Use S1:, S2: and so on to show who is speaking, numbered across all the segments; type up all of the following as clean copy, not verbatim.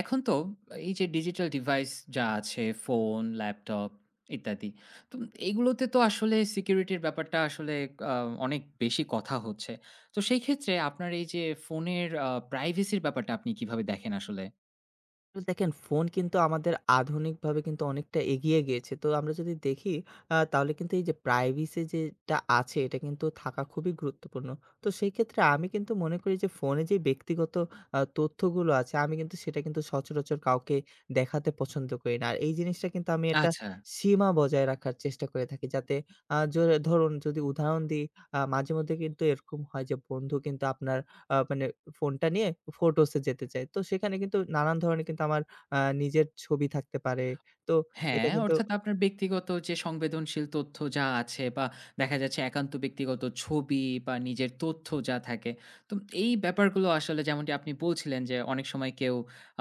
S1: এখন তো এই যে ডিজিটাল ডিভাইস যা আছে ফোন, ল্যাপটপ ইত্যাদি। তো এগুলোতে তো আসলে সিকিউরিটির ব্যাপারটা আসলে আ অনেক বেশি কথা হচ্ছে। তো সেই ক্ষেত্রে আপনার এই যে ফোনের প্রাইভেসির ব্যাপারটা আপনি কিভাবে দেখেন আসলে?
S2: তো দেখেন, ফোন কিন্তু আমাদের আধুনিকভাবে কিন্তু অনেকটা এগিয়ে গিয়েছে। তো আমরা যদি দেখি তাহলে কিন্তু এই যে প্রাইভেসি যেটা আছে এটা কিন্তু থাকা খুবই গুরুত্বপূর্ণ। তো সেই ক্ষেত্রে আমি কিন্তু মনে করি যে ফোনে যে ব্যক্তিগত তথ্যগুলো আছে আমি কিন্তু সেটা কিন্তু সচরাচর কাউকে দেখাতে পছন্দ করি না। আর এই জিনিসটা কিন্তু আমি একটা
S1: আচ্ছা।
S2: সীমা বজায় রাখার চেষ্টা করে থাকি। যাতে জোরে ধরুন যদি উদাহরণ দিই, মাঝেমধ্যে কিন্তু এরকম হয় যে বন্ধু কিন্তু আপনার আ মানে ফোনটা নিয়ে ফোটোস এ যেতে চাই। তো সেখানে কিন্তু নানান ধরনের কিন্তু আমার নিজের ছবি থাকতে পারে। তো এটা
S1: হ্যাঁ,
S2: কিন্তু
S1: অর্থাৎ আপনার ব্যক্তিগত যে সংবেদনশীল তথ্য যা আছে বা দেখা যাচ্ছে একান্ত ব্যক্তিগত ছবি বা নিজের তথ্য যা থাকে। তো এই ব্যাপারগুলো আসলে যেমনটি আপনি বলছিলেন যে অনেক সময় কেউ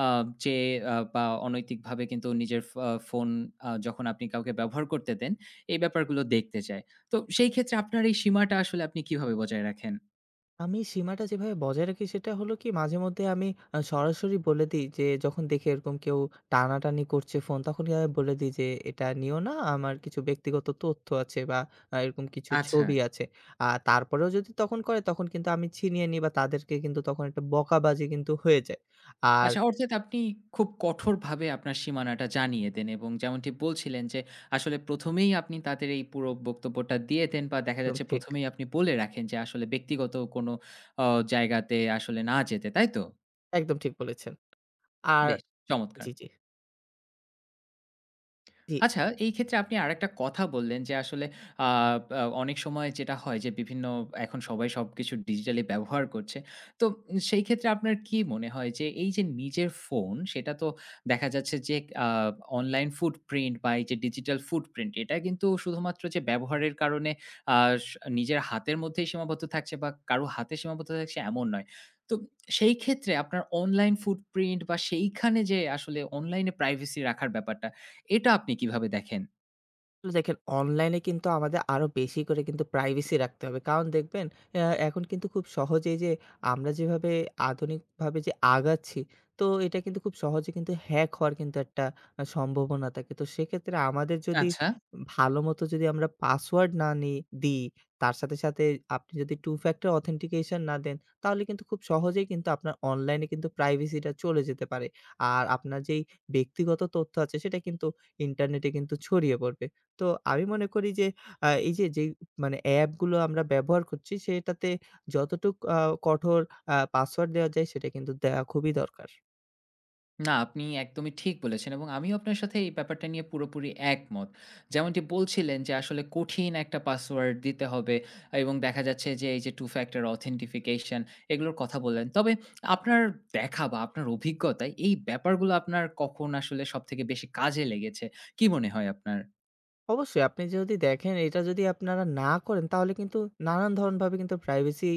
S1: আ যে বা অনৈতিকভাবে কিন্তু নিজের ফোন যখন আপনি কাউকে ব্যবহার করতে দেন, এই ব্যাপারগুলো দেখতে চায়। তো সেই ক্ষেত্রে আপনার এই সীমাটা আসলে আপনি কিভাবে বজায় রাখেন?
S2: আমি সীমাটা যেভাবে বজায় রাখি সেটা হলো কি, মাঝে মধ্যে আমি সরাসরি বলে দেই যে যখন দেখি এরকম কেউ টানাটানি করছে ফোন তখন আমি বলে দেই যে, "এটা নিও না। আমার কিছু ব্যক্তিগত তথ্য আছে বা এরকম কিছু
S1: আচ্ছা।
S2: ছবি আছে।" আর তারপরেও যদি তখন করে তখন কিন্তু আমি ছিনিয়ে নিই বা তাদেরকে কিন্তু তখন একটা বকাবাজি কিন্তু হয়ে যায়। আর
S1: আচ্ছা, অর্থাৎ আপনি খুব কঠোরভাবে আপনার সীমানাটা জানিয়ে দেন এবং যেমনটি বলছিলেন যে আসলে ১ম এই আপনি তাদের এই পুরো বক্তব্যটা দিয়ে দেন বা দেখা
S2: একদম
S1: যাচ্ছে
S2: ঠিক,
S1: ১ম এই আপনি বলে রাখেন যে আসলে ব্যক্তিগত কোনো অ জায়গাতে আসলে না যেতে, তাই তো?
S2: একদম ঠিক বলেছেন। আর
S1: বেশ চমৎকার!
S2: জি, জি, জি।
S1: আচ্ছা, এই ক্ষেত্রে আপনি আরেকটা কথা বললেন যে আসলে আ আ অনেক সময় যেটা হয় যে বিভিন্ন এখন সবাই সবকিছু ডিজিটালি ব্যবহার করছে। তো সেই ক্ষেত্রে আপনার কি মনে হয় যে এই যে নিজের ফোন সেটা তো দেখা যাচ্ছে যে আ অনলাইন ফুটপ্রিন্ট বা এই যে ডিজিটাল ফুটপ্রিন্ট এটা কিন্তু শুধুমাত্র যে ব্যবহারের কারণে আ স নিজের হাতের মধ্যেই সীমাবদ্ধ থাকছে বা কারো হাতে সীমাবদ্ধ থাকছে এমন নয়। তো সেই ক্ষেত্রে আপনার অনলাইন ফুটপ্রিন্ট বা সেইখানে যে আসলে অনলাইনে প্রাইভেসি রাখার ব্যাপারটা এটা আপনি কিভাবে দেখেন?
S2: আসলে দেখেন, অনলাইনে কিন্তু আমাদের আরো বেশি করে কিন্তু প্রাইভেসি রাখতে হবে। কারণ দেখবেন আ এখন কিন্তু খুব সহজেই যে আমরা যেভাবে আধুনিকভাবে যে আগাচ্ছি, তো এটা কিন্তু খুব সহজে কিন্তু হ্যাক হওয়ার কিন্তু একটা সম্ভাবনা থাকে। তো সেক্ষেত্রে আমাদের যদি
S1: আচ্ছা।
S2: ভালোমতো যদি আমরা পাসওয়ার্ড না দিই, তার সাথে, সাথে আপনি যদি টু ফ্যাক্টর অথেন্টিকেশন না দেন, তাহলে কিন্তু খুব সহজেই কিন্তু আপনার অনলাইনে কিন্তু প্রাইভেসিটা চলে যেতে পারে। আর আপনার যেই ব্যক্তিগত তথ্য আছে সেটা কিন্তু ইন্টারনেটে কিন্তু ছড়িয়ে পড়বে। তো আমি মনে করি যে এই যে, যেই অ্যাপগুলো আমরা ব্যবহার করছি সেটাতে যতটুক কঠোর পাসওয়ার্ড দেওয়া যায় সেটা কিন্তু দেওয়া খুবই দরকার।
S1: না, আপনি একদমই ঠিক বলেছেন এবং আমিও আপনার সাথে এই ব্যাপারটা নিয়ে পুরোপুরি একমত। যেমনটি বলছিলেন যে আসলে কঠিন একটা পাসওয়ার্ড দিতে হবে এবং দেখা যাচ্ছে যে এই যে Two Factor Authentication এগুলোর কথা বললেন। তবে আপনার দেখা বা আপনার অভিজ্ঞতায় এই ব্যাপারগুলো আপনার কখন আসলে সবথেকে বেশি কাজে লেগেছে? কি মনে হয় আপনার?
S2: অবশ্যই আপনি যদি দেখেন এটা যদি আপনারা না করেন তাহলে কিন্তু নানান ধরনভাবে কিন্তু প্রাইভেসি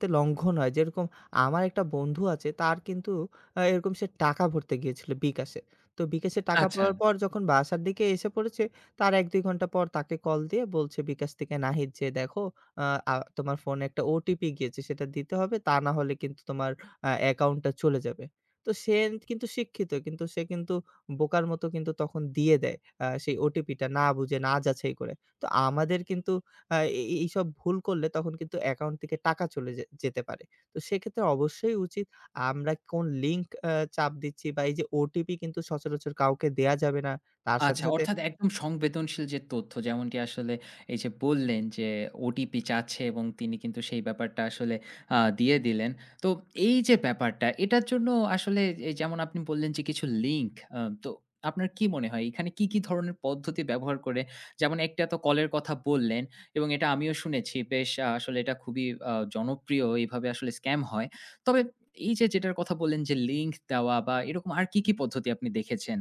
S2: তে লঙ্ঘন হয়। যেরকম আমার একটা বন্ধু আছে, তার কিন্তু এরকম সে টাকা ভরতে গিয়েছিল বিকাশে। তো বিকাশে টাকা
S1: আচ্ছা।
S2: পাওয়ার পর যখন বাসার দিকে এসে পড়েছে তার ১-২ ঘন্টা পর তাকে কল দিয়ে বলছে বিকাশ থেকে, "নাহিদ যে দেখো আ আ তোমার ফোনে একটা ওটিপি গিয়েছে সেটা দিতে হবে তা না হলে কিন্তু তোমার অ্যাকাউন্টটা চলে যাবে।" তো সে কিন্তু শিক্ষিত, কিন্তু সে কিন্তু বোকার মতো কিন্তু তখন দিয়ে দেয় সেই ওটিপিটা, না বুঝে, না যাচাই করে। তো আমাদের কিন্তু এইসব ভুল করলে তখন কিন্তু অ্যাকাউন্ট থেকে টাকা চলে যে যেতে পারে। তো সেক্ষেত্রে অবশ্যই উচিত আমরা কোন লিঙ্ক চাপ দিচ্ছি বা এই যে ওটিপি কিন্তু সচরাচর কাউকে দেয়া যাবে না। তার সাথে,
S1: আচ্ছা,
S2: সাথে
S1: অর্থাৎ একদম সংবেদনশীল যে তথ্য যেমনটি আসলে এই যে বললেন যে ওটিপি চাচ্ছে এবং তিনি কিন্তু সেই ব্যাপারটা আসলে দিয়ে দিলেন। তো এই যে ব্যাপারটা এটার জন্য আসলে এই যেমন আপনি বললেন যে কিছু লিঙ্ক তো আপনার কি মনে হয় এখানে কি, কি ধরনের পদ্ধতি ব্যবহার করে? যেমন একটা তো কলের কথা বললেন এবং এটা আমিও শুনেছি। বেশ আসলে এটা খুবই জনপ্রিয় এভাবে আসলে স্ক্যাম হয়। তবে এই যে যেটার কথা বললেন যে লিঙ্ক দেওয়া বা এরকম আর কি, কি পদ্ধতি আপনি দেখেছেন?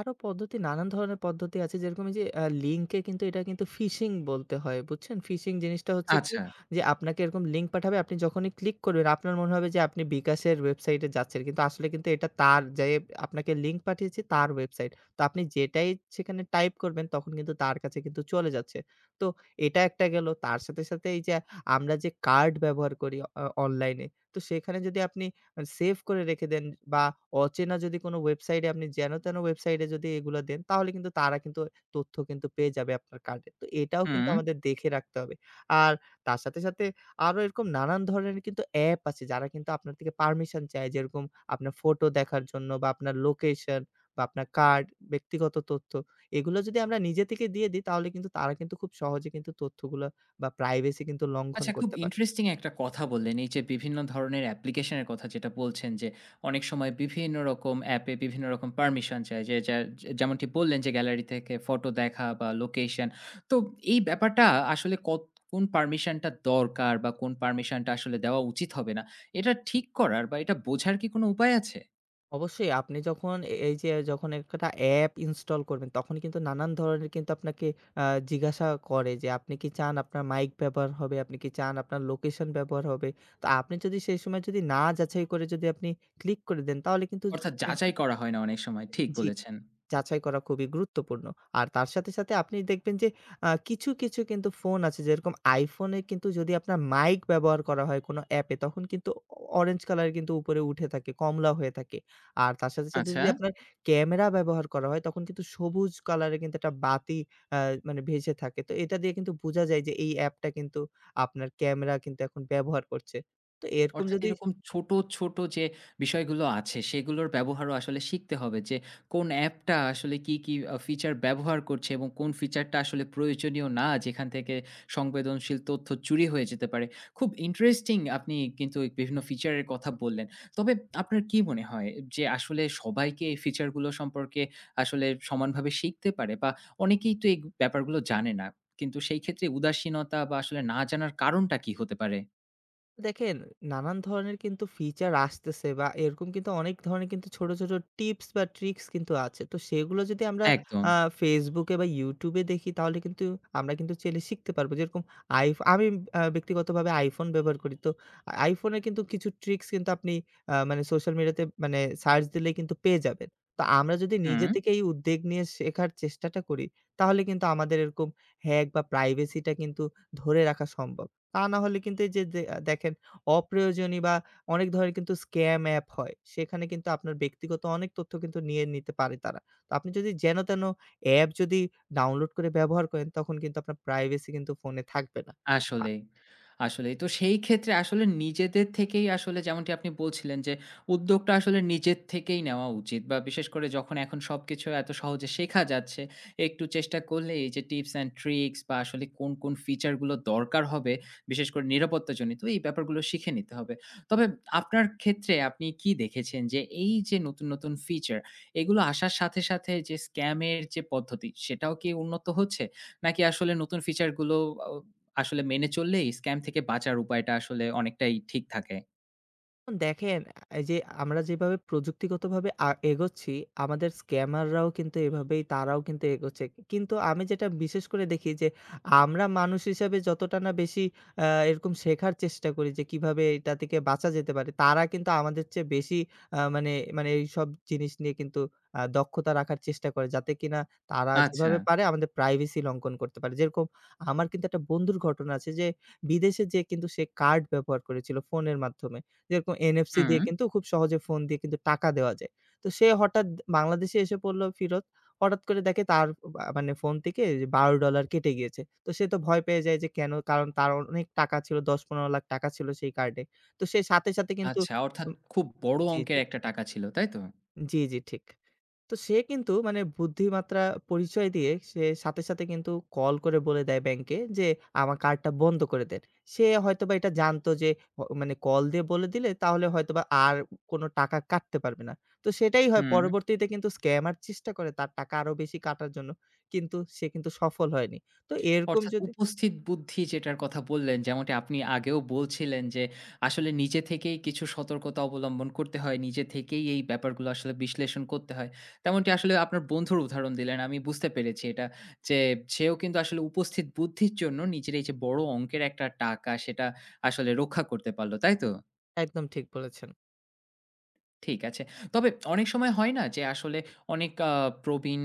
S2: আরো পদ্ধতি, নানান ধরনের পদ্ধতি আছে। যেরকম এই যে লিঙ্কে, কিন্তু এটা কিন্তু ফিশিং বলতে হয়। বুঝছেন? ফিশিং জিনিসটা হচ্ছে কি
S1: আচ্ছা,
S2: যে আপনাকে এরকম লিঙ্ক পাঠাবে। আপনি যখনই ক্লিক করবেন আপনার মনে হবে যে আপনি বিকাশের ওয়েবসাইটে যাচ্ছেন। কিন্তু আসলে কিন্তু এটা তার যে আপনাকে লিঙ্ক পাঠিয়েছে তার ওয়েবসাইট। তো আপনি যেটাই সেখানে টাইপ করবেন তখন কিন্তু তার কাছে কিন্তু চলে যাচ্ছে। তো এটা একটা গেল। তার সাথে, সাথে এই যে আমরা যে কার্ড ব্যবহার করি অনলাইনে। তো সেখানে যদি আপনি সেভ করে রেখে দেন বা অচেনা যদি কোনো ওয়েবসাইটে, আপনি যেন তেন ওয়েবসাইটে যদি এগুলা দেন, তাহলে কিন্তু তারা কিন্তু তথ্য কিন্তু পেয়ে যাবে আপনার কার্ডে। তো এটাও কিন্তু
S1: হুম।
S2: আমাদের দেখে রাখতে হবে। আর তার সাথে, সাথে আরো এরকম নানান ধরনের কিন্তু অ্যাপ আছে যারা কিন্তু আপনার থেকে পারমিশন চায়, যেরকম আপনার ফটো দেখার জন্য বা আপনার লোকেশন বা আপনার কার্ড, ব্যক্তিগত তথ্য, এগুলো যদি আমরা নিজে থেকে দিয়ে দিই তাহলে কিন্তু তারা কিন্তু খুব সহজে কিন্তু তথ্যগুলো বা প্রাইভেসি কিন্তু লঙ্ঘন
S1: আচ্ছা, খুব
S2: করতে পারে।
S1: ইন্টারেস্টিং একটা কথা বললেন। এই যে বিভিন্ন ধরনের অ্যাপ্লিকেশনের কথা যেটা বলছেন যে অনেক সময় বিভিন্ন রকম অ্যাপে বিভিন্ন রকম পারমিশন চায়। যে যা যেমনটি বললেন যে গ্যালারি থেকে ফটো দেখা বা লোকেশন। তো এই ব্যাপারটা আসলে কোন পারমিশনটা দরকার বা কোন পারমিশনটা আসলে দেওয়া উচিত হবে না। এটা ঠিক করার বা এটা বোঝার কি কোনো উপায় আছে?
S2: অবশ্যই আপনি যখন এ এই যে যখন একটা অ্যাপ ইনস্টল করবেন, তখন কিন্তু নানান ধরনের কিন্তু আপনাকে আ জিজ্ঞাসা করে যে, আপনি কি চান আপনার মাইক ব্যবহার হবে? আপনি কি চান আপনার লোকেশন ব্যবহার হবে? তো আপনি যদি সেই সময় যদি না যাচাই করে যদি আপনি ক্লিক করে দেন, তাহলে কিন্তু।
S1: অর্থাৎ যাচাই করা হয় না অনেক সময়। ঠিক
S2: জি,
S1: বলেছেন।
S2: যাচাই করা খুবই গুরুত্বপূর্ণ। আর তার সাথে, সাথে আপনি দেখবেন যে কিছু, কিছু কিন্তু ফোন আছে যেরকম iPhone এ কিন্তু যদি আপনার মাইক ব্যবহার করা হয় কোনো অ্যাপে তখন কিন্তু অরেঞ্জ কালার কিন্তু উপরে উঠে থাকে, কমলা হয়ে থাকে। আর তার সাথে, সাথে
S1: আচ্ছা।
S2: যদি আপনার ক্যামেরা ব্যবহার করা হয় তখন কিন্তু সবুজ কালারে কিন্তু একটা বাতি আ মানে ভেসে থাকে। তো এটা দিয়ে কিন্তু বোঝা যায় যে এই অ্যাপটা কিন্তু আপনার ক্যামেরা কিন্তু এখন ব্যবহার করছে। তো এরকম
S1: অর্থাৎ
S2: যদি
S1: এরকম ছোট, ছোট যে বিষয়গুলো আছে সেগুলোর ব্যবহারও আসলে শিখতে হবে যে কোন অ্যাপটা আসলে কি, কি ফিচার ব্যবহার করছে এবং কোন ফিচারটা আসলে প্রয়োজনীয় না, যেখান থেকে সংবেদনশীল তথ্য চুরি হয়ে যেতে পারে। খুব ইন্টারেস্টিং, আপনি কিন্তু এই বিভিন্ন ফিচারের কথা বললেন। তবে আপনার কি মনে হয় যে আসলে সবাইকে এই ফিচারগুলো সম্পর্কে আসলে সমানভাবে শিখতে পারে বা অনেকেই তো এই ব্যাপারগুলো জানে না। কিন্তু সেই ক্ষেত্রে উদাসীনতা বা আসলে না জানার কারণটা কি হতে পারে?
S2: দেখেন, নানান ধরনের কিন্তু ফিচার আসতেছে বা এরকম কিন্তু অনেক ধরনের কিন্তু ছোট, ছোট টিপস বা ট্রিক্স কিন্তু আছে। তো সেগুলো যদি আমরা
S1: একদম।
S2: আ Facebook এ বা YouTube এ দেখি তাহলে কিন্তু আমরা কিন্তু চাইলে শিখতে পারবো। যেরকম আমি ব্যক্তিগতভাবে iPhone ব্যবহার করি। তো iPhone এর কিন্তু কিছু ট্রিক্স কিন্তু আপনি আ মানে সোশ্যাল মিডিয়াতে সার্চ দিলেই কিন্তু পেয়ে যাবেন। তো আমরা যদি
S1: হুম।
S2: নিজে থেকে এই উদ্যোগ নিয়ে শেখার চেষ্টাটা করি তাহলে কিন্তু আমাদের এরকম হ্যাক বা প্রাইভেসিটা কিন্তু ধরে রাখা সম্ভব। তা না হলে কিন্তু এই যে দেখেন, অপ্রয়োজনীয় বা অনেক ধরনের কিন্তু স্ক্যাম অ্যাপ হয়। সেখানে কিন্তু আপনার ব্যক্তিগত অনেক তথ্য কিন্তু নিয়ে নিতে পারে তারা। তো আপনি যদি যেন-তেন অ্যাপ যদি ডাউনলোড করে ব্যবহার করেন তখন কিন্তু আপনার প্রাইভেসি কিন্তু ফোনে থাকবে না। আ
S1: আসলেই, আসলেই। তো সেই ক্ষেত্রে আসলে নিজেদের থেকেই আসলে যেমনটি আপনি বলছিলেন যে উদ্যোগটা আসলে নিজের থেকেই নেওয়া উচিত, বা বিশেষ করে যখন এখন সবকিছু এত সহজে শেখা যাচ্ছে, একটু চেষ্টা করলেই এই যে টিপস অ্যান্ড ট্রিক্স বা আসলে কোন, কোন ফিচার গুলো দরকার হবে, বিশেষ করে নিরাপত্তাজনিত এই ব্যাপারগুলো শিখে নিতে হবে। তবে আপনার ক্ষেত্রে আপনি কি দেখেছেন যে এই যে নতুন, নতুন ফিচার এগুলো আসার সাথে, সাথে যে স্ক্যামের যে পদ্ধতি সেটাও কি উন্নত হচ্ছে? নাকি আসলে নতুন ফিচার গুলো আ আসলে মেনে চললেই স্ক্যাম থেকে বাঁচার উপায়টা আসলে অনেকটাই ঠিক থাকে।
S2: দেখেন, এই যে আমরা যেভাবে প্রযুক্তিগতভাবে এগোচ্ছি, আমাদের স্ক্যামাররাও কিন্তু এভাবেই তারাও কিন্তু এগোচ্ছে। কিন্তু আমি যেটা বিশেষ করে দেখি যে আমরা মানুষ হিসাবে যতটা না বেশি এরকম শেখার চেষ্টা করি যে কিভাবে এটা থেকে বাঁচা যেতে পারে, তারা কিন্তু আমাদের চেয়ে বেশি আ মানে মানে এইসব জিনিস নিয়ে কিন্তু দক্ষতা রাখার চেষ্টা করে। যাতে কিনা তারা
S1: আচ্ছা।
S2: যেভাবে পারে আমাদের প্রাইভেসি লঙ্ঘন করতে পারে। যেরকম আমার কিন্তু একটা বন্ধুর ঘটনা আছে যে বিদেশে যেয়ে কিন্তু সে কার্ড ব্যবহার করেছিল ফোনের মাধ্যমে। যেরকম এনএফসি
S1: হুম।
S2: দিয়ে কিন্তু খুব সহজে ফোন দিয়ে কিন্তু টাকা দেওয়া যায়। তো সে হঠাৎ বাংলাদেশে এসে পড়ল ফিরত। হঠাৎ করে দেখে তার বা মানে ফোন থেকে $12 কেটে গিয়েছে। তো সে তো ভয় পেয়ে যায় যে কেন? কারণ তার অনেক টাকা ছিল। ১০-১৫ লাখ টাকা ছিল সেই কার্ডে। তো সে সাথে, সাথে কিন্তু
S1: আচ্ছা, অর্থাৎ
S2: উম
S1: খুব বড়
S2: জি,
S1: অঙ্কের
S2: জি।
S1: একটা টাকা ছিল, তাই তো?
S2: জি, জি, ঠিক। তো সে কিন্তু মানে বুদ্ধিমাত্রা পরিচয় দিয়ে সে সাথে, সাথে কিন্তু কল করে বলে দেয় ব্যাংকে যে, "আমার কার্ডটা বন্ধ করে দেন।" সে হয়তোবা এটা জানতো যে অ মানে কল দিয়ে বলে দিলে তাহলে হয়তোবা আর কোনো টাকা কাটতে পারবে না। তো সেটাই হয়,
S1: হুম।
S2: পরবর্তীতে কিন্তু স্ক্যামার চেষ্টা করে তার টাকা আরো বেশি কাটার জন্য। কিন্তু সে কিন্তু সফল হয়নি। তো এরকম
S1: অর্থাৎ
S2: যদি।
S1: উপস্থিত বুদ্ধি যেটার কথা বললেন, যেমনটি আপনি আগেও বলছিলেন যে আসলে নিজে থেকেই কিছু সতর্কতা অবলম্বন করতে হয়। নিজে থেকেই এই ব্যাপারগুলো আসলে বিশ্লেষণ করতে হয়। তেমনটি আসলে আপনার বন্ধুর উদাহরণ দিলেন। আমি বুঝতে পেরেছি এটা, যে সেও কিন্তু আসলে উপস্থিত বুদ্ধির জন্য নিজের এই যে বড় অঙ্কের একটা টাকা সেটা আসলে রক্ষা করতে পারল, তাই তো?
S2: একদম ঠিক বলেছেন।
S1: ঠিক আছে। তবে অনেক সময় হয় না যে আসলে অনেক প্রবীণ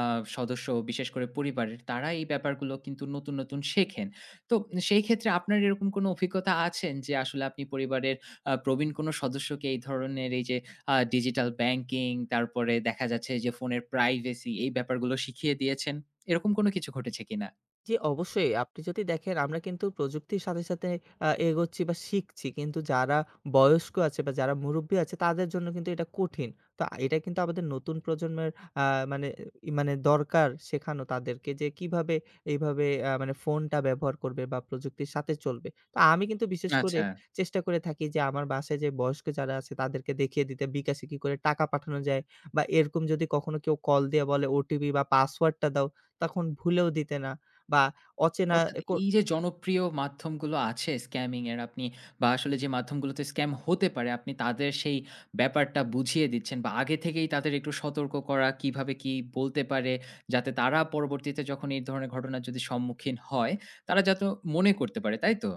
S1: আ সদস্য বিশেষ করে পরিবারের তারা এই ব্যাপারগুলো কিন্তু নতুন, নতুন শেখেন। তো সেই ক্ষেত্রে আপনার এরকম কোনো অভিজ্ঞতা আছেন যে আসলে আপনি পরিবারের প্রবীণ কোনো সদস্যকে এই ধরনের এই যে ডিজিটাল ব্যাংকিং, তারপরে দেখা যাচ্ছে যে ফোনের প্রাইভেসি এই ব্যাপারগুলো শিখিয়ে দিয়েছেন? এরকম কোনো কিছু ঘটেছে কিনা?
S2: জি, অবশ্যই। আপনি যদি দেখেন আমরা কিন্তু প্রযুক্তির সাথে, সাথে এগোচ্ছি বা শিখছি। কিন্তু যারা বয়স্ক আছে বা যারা মুরুব্বি আছে তাদের জন্য কিন্তু এটা কঠিন। তো এটা কিন্তু আমাদের নতুন প্রজন্মের আ মানে ই মানে দরকার শেখানো তাদেরকে যে কিভাবে এইভাবে আ মানে ফোনটা ব্যবহার করবে বা প্রযুক্তির সাথে চলবে। তো আমি কিন্তু বিশেষ করে
S1: আচ্ছা।
S2: চেষ্টা করে থাকি যে আমার বাসায় যে বয়স্ক যারা আছে তাদেরকে দেখিয়ে দিতে বিকাশে কি করে টাকা পাঠানো যায় বা এরকম যদি কখনো কেউ কল দিয়ে বলে ওটিপি বা পাসওয়ার্ডটা দাও তখন ভুলেও দিতে না। বা অচেনা
S1: অর্থাৎ
S2: কো
S1: এই যে জনপ্রিয় মাধ্যমগুলো আছে স্ক্যামিং এর, আপনি বা আসলে যে মাধ্যমগুলোতে স্ক্যাম হতে পারে আপনি তাদের সেই ব্যাপারটা বুঝিয়ে দিচ্ছেন বা আগে থেকেই তাদের একটু সতর্ক করা কিভাবে কি বলতে পারে, যাতে তারা পরবর্তীতে যখন এই ধরনের ঘটনার যদি সম্মুখীন হয় তারা যাতে মনে করতে পারে, তাই তো?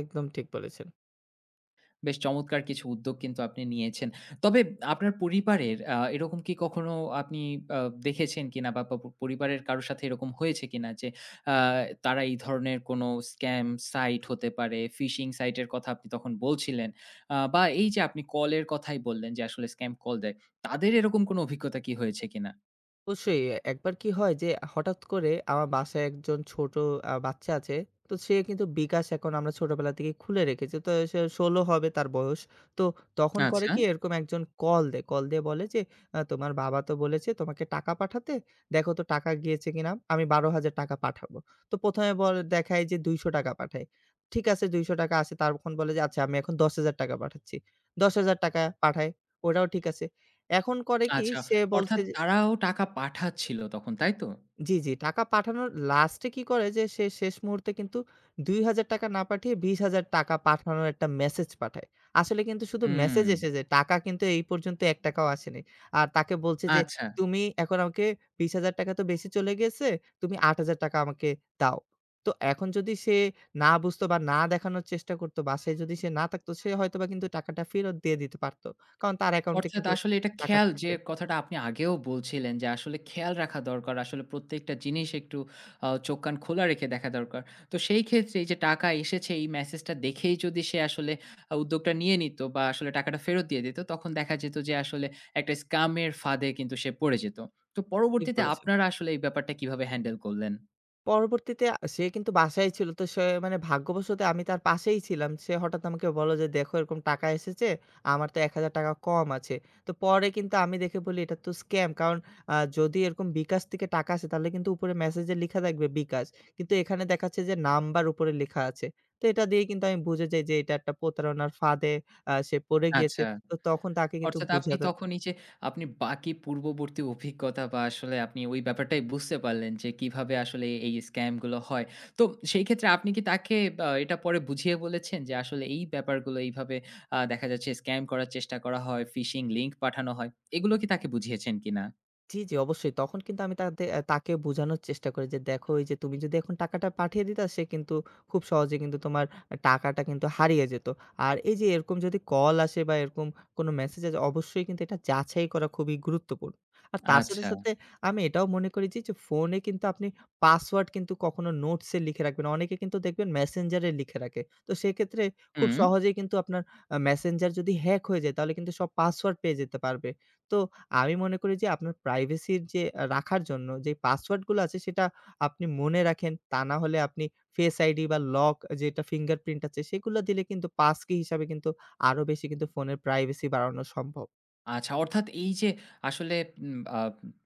S2: একদম ঠিক বলেছেন।
S1: বেশ চমৎকার কিছু উদ্যোগ কিন্তু আপনি নিয়েছেন। তবে আপনার পরিবারের এরকম কি কখনো আপনি আ দেখেছেন কিনা বা পরিবারের কারো সাথে এরকম হয়েছে কিনা যে আ তারা এই ধরনের কোনো স্ক্যাম সাইট হতে পারে, ফিশিং সাইটের কথা আপনি তখন বলছিলেন। বা এই যে আপনি কলের কথাই বললেন যে আসলে স্ক্যাম কল দেয়। তাদের এরকম কোনো অভিজ্ঞতা কি হয়েছে কিনা?
S2: অবশ্যই। একবার কি হয় যে হঠাৎ করে আমার বাসায় একজন ছোট বাচ্চা আছে। তো সে কিন্তু বিকাশ এখন আমরা ছোটবেলা থেকেই খুলে রেখেছি। তো সে ১৬ হবে তার বয়স। তো তখন করে
S1: আচ্ছা,
S2: কি এরকম একজন কল দেয়। কল দিয়ে বলে যে, তোমার বাবা তো বলেছে তোমাকে টাকা পাঠাতে। দেখো তো টাকা গিয়েছে কিনা? আমি ৳১২,০০০ পাঠাবো।" তো ১ম এ বলে দেখায় যে ৳২০০ পাঠায়। ঠিক আছে, ৳২০০ আসে তখন বলে যে, "আচ্ছা আমি এখন ৳১০,০০০ পাঠাচ্ছি।" ৳১০,০০০ পাঠায়। ওটাও ঠিক আছে। এখন করে কি
S1: আচ্ছা।
S2: সে
S1: অর্থাৎ
S2: বলছে যে।
S1: তারাও টাকা পাঠাচ্ছিল তখন, তাই তো?
S2: জি, জি। টাকা পাঠানোর লাস্টে কি করে যে, সে শেষ মুহূর্তে কিন্তু ৳২,000 না পাঠিয়ে ৳20,000 পাঠানোর একটা মেসেজ পাঠায়। আসলে কিন্তু শুধু
S1: হুম,
S2: মেসেজ এসেছে, টাকা কিন্তু এই পর্যন্ত ৳১ ও আসেনি। আর তাকে বলছে যে,
S1: আচ্ছা।
S2: "তুমি এখন আমাকে ৳20,000 তো বেশি চলে গেছে। তুমি ৳৮,000 আমাকে দাও।" তো এখন যদি সে না বুঝতো বা না দেখানোর চেষ্টা করতো, বাসায় যদি সে না থাকতো, সে হয়তোবা কিন্তু টাকাটা ফেরত দিয়ে দিতে পারত। কারণ তার অ্যাকাউন্টে
S1: অর্থাৎ
S2: কিন্তু
S1: আসলে এটা
S2: টাকা
S1: খেয়াল, যে
S2: থাকে।
S1: কথাটা আপনি আগেও বলছিলেন যে আসলে খেয়াল রাখা দরকার। আসলে প্রত্যেকটা জিনিস একটু চোখ কান খোলা রেখে দেখা দরকার। তো সেই ক্ষেত্রে এই যে টাকা এসেছে এই মেসেজটা দেখেই যদি সে আসলে উদ্যোগটা নিয়ে নিত বা আসলে টাকাটা ফেরত দিয়ে দিত, তখন দেখা যেত যে আসলে একটা স্কাম এর ফাঁদে কিন্তু সে পড়ে যেত। তো
S2: ঠিক
S1: পরবর্তীতে
S2: বলেছেন।
S1: আপনারা আসলে এই ব্যাপারটা কিভাবে হ্যান্ডেল করলেন?
S2: পরবর্তীতে সে কিন্তু বাসায় ছিল। তো সে মানে ভাগ্যবশত আমি তার পাশেই ছিলাম। সে হঠাৎ আমাকে বলল যে, "দেখো এরকম টাকা এসেছে। আমার তো ৳১,000 কম আছে।" তো পরে কিন্তু আমি দেখে বলি, "এটা তো স্ক্যাম।" কারণ যদি এরকম বিকাশ থেকে টাকা আসে তাহলে কিন্তু উপরে মেসেজে লিখা থাকবে বিকাশ। কিন্তু এখানে দেখাচ্ছে যে নাম্বার উপরে লেখা আছে। তো এটা দিয়ে কিন্তু আমি বুঝে যাই যে এটা একটা প্রতারণার ফাঁদে সে পড়ে গিয়েছে।
S1: আচ্ছা।
S2: তো তখন তাকে কিন্তু
S1: অর্থাৎ আপনি
S2: বুঝাতে।
S1: তখনই, যে আপনি বাকি পূর্ববর্তী অভিজ্ঞতা বা আসলে আপনি ওই ব্যাপারটাই বুঝতে পারলেন যে কিভাবে আসলে এই স্ক্যাম গুলো হয়। তো সেই ক্ষেত্রে আপনি কি তাকে বা এটা পরে বুঝিয়ে বলেছেন যে আসলে এই ব্যাপারগুলো এইভাবে দেখা যাচ্ছে স্ক্যাম করার চেষ্টা করা হয়, ফিশিং লিঙ্ক পাঠানো হয়। এগুলো কি তাকে বুঝিয়েছেন কিনা?
S2: জি, জি, অবশ্যই। তখন কিন্তু আমি তাদে অ্যা তাকে বোঝানোর চেষ্টা করি যে, "দেখো এই যে তুমি যদি এখন টাকাটা পাঠিয়ে দিতা সে কিন্তু খুব সহজে কিন্তু তোমার টাকাটা কিন্তু হারিয়ে যেত। আর এই যে এরকম যদি কল আসে বা এরকম কোনো মেসেজ আসে অবশ্যই কিন্তু এটা যাচাই করা খুবই গুরুত্বপূর্ণ।" আর তার সাথে,
S1: আচ্ছা।
S2: সাথে আমি এটাও মনে করি যে, যে ফোনে কিন্তু আপনি পাসওয়ার্ড কিন্তু কখনো নোটসে লিখে রাখবেন। অনেকে কিন্তু দেখবেন মেসেঞ্জারে লিখে রাখে। তো সেক্ষেত্রে খুব
S1: হুম।
S2: সহজেই কিন্তু আপনার মেসেঞ্জার যদি হ্যাক হয়ে যায় তাহলে কিন্তু সব পাসওয়ার্ড পেয়ে যেতে পারবে। তো আমি মনে করি যে আপনার প্রাইভেসির যে রাখার জন্য যে পাসওয়ার্ড গুলো আছে সেটা আপনি মনে রাখেন। তা না হলে আপনি ফেস আইডি বা লক যেটা ফিঙ্গারপ্রিন্ট আছে সেগুলো দিলে কিন্তু পাস কি হিসাবে কিন্তু আরো বেশি কিন্তু ফোনের প্রাইভেসি বাড়ানো সম্ভব।
S1: আচ্ছা, অর্থাৎ এই যে আসলে উম আ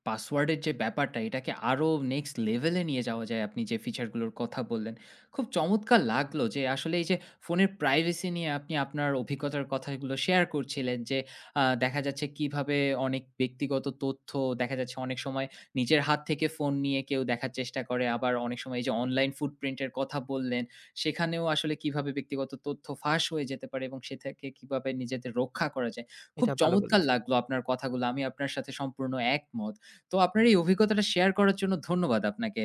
S1: পাসওয়ার্ডের যে ব্যাপারটা, এটাকে আরো নেক্সট লেভেলে নিয়ে যাওয়া যায় আপনি যে ফিচারগুলোর কথা বললেন। খুব চমৎকার লাগলো যে আসলে এই যে ফোনের প্রাইভেসি নিয়ে আপনি আপনার অভিজ্ঞতার কথাগুলো শেয়ার করছিলেন যে দেখা যাচ্ছে কিভাবে অনেক ব্যক্তিগত তথ্য দেখা যাচ্ছে অনেক সময় নিজের হাত থেকে ফোন নিয়ে কেউ দেখার চেষ্টা করে। আবার অনেক সময় এই যে অনলাইন ফুটপ্রিন্ট এর কথা বললেন, সেখানেও আসলে কিভাবে ব্যক্তিগত তথ্য ফাঁস হয়ে যেতে পারে এবং সে থেকে কিভাবে নিজেদের রক্ষা করা যায়। খুব
S2: এটা ভালো
S1: চমৎকার
S2: বলেছেন।
S1: লাগলো আপনার কথাগুলো। আমি আপনার সাথে সম্পূর্ণ একমত। তো আপনার এই অভিজ্ঞতাটা শেয়ার করার জন্য ধন্যবাদ আপনাকে।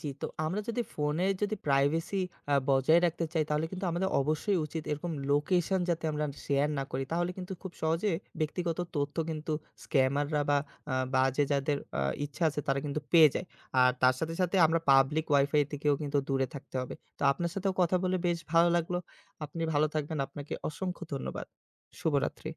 S2: জি, তো আমরা যদি ফোনের যদি প্রাইভেসি বজায় রাখতে চাই তাহলে কিন্তু আমাদের অবশ্যই উচিত এরকম লোকেশন যাতে আমরা শেয়ার না করি। তাহলে কিন্তু খুব সহজে ব্যক্তিগত তথ্য কিন্তু স্ক্যামাররা বা বাজে যাদের ইচ্ছা আছে তারা কিন্তু পেয়ে যায়। আর তার সাথে, সাথে আমরা পাবলিক ওয়াইফাই থেকেও কিন্তু দূরে থাকতে হবে। তো আপনার সাথেও কথা বলে বেশ ভালো লাগলো। আপনি ভালো থাকবেন। আপনাকে অসংখ্য ধন্যবাদ। শুভরাত্রি।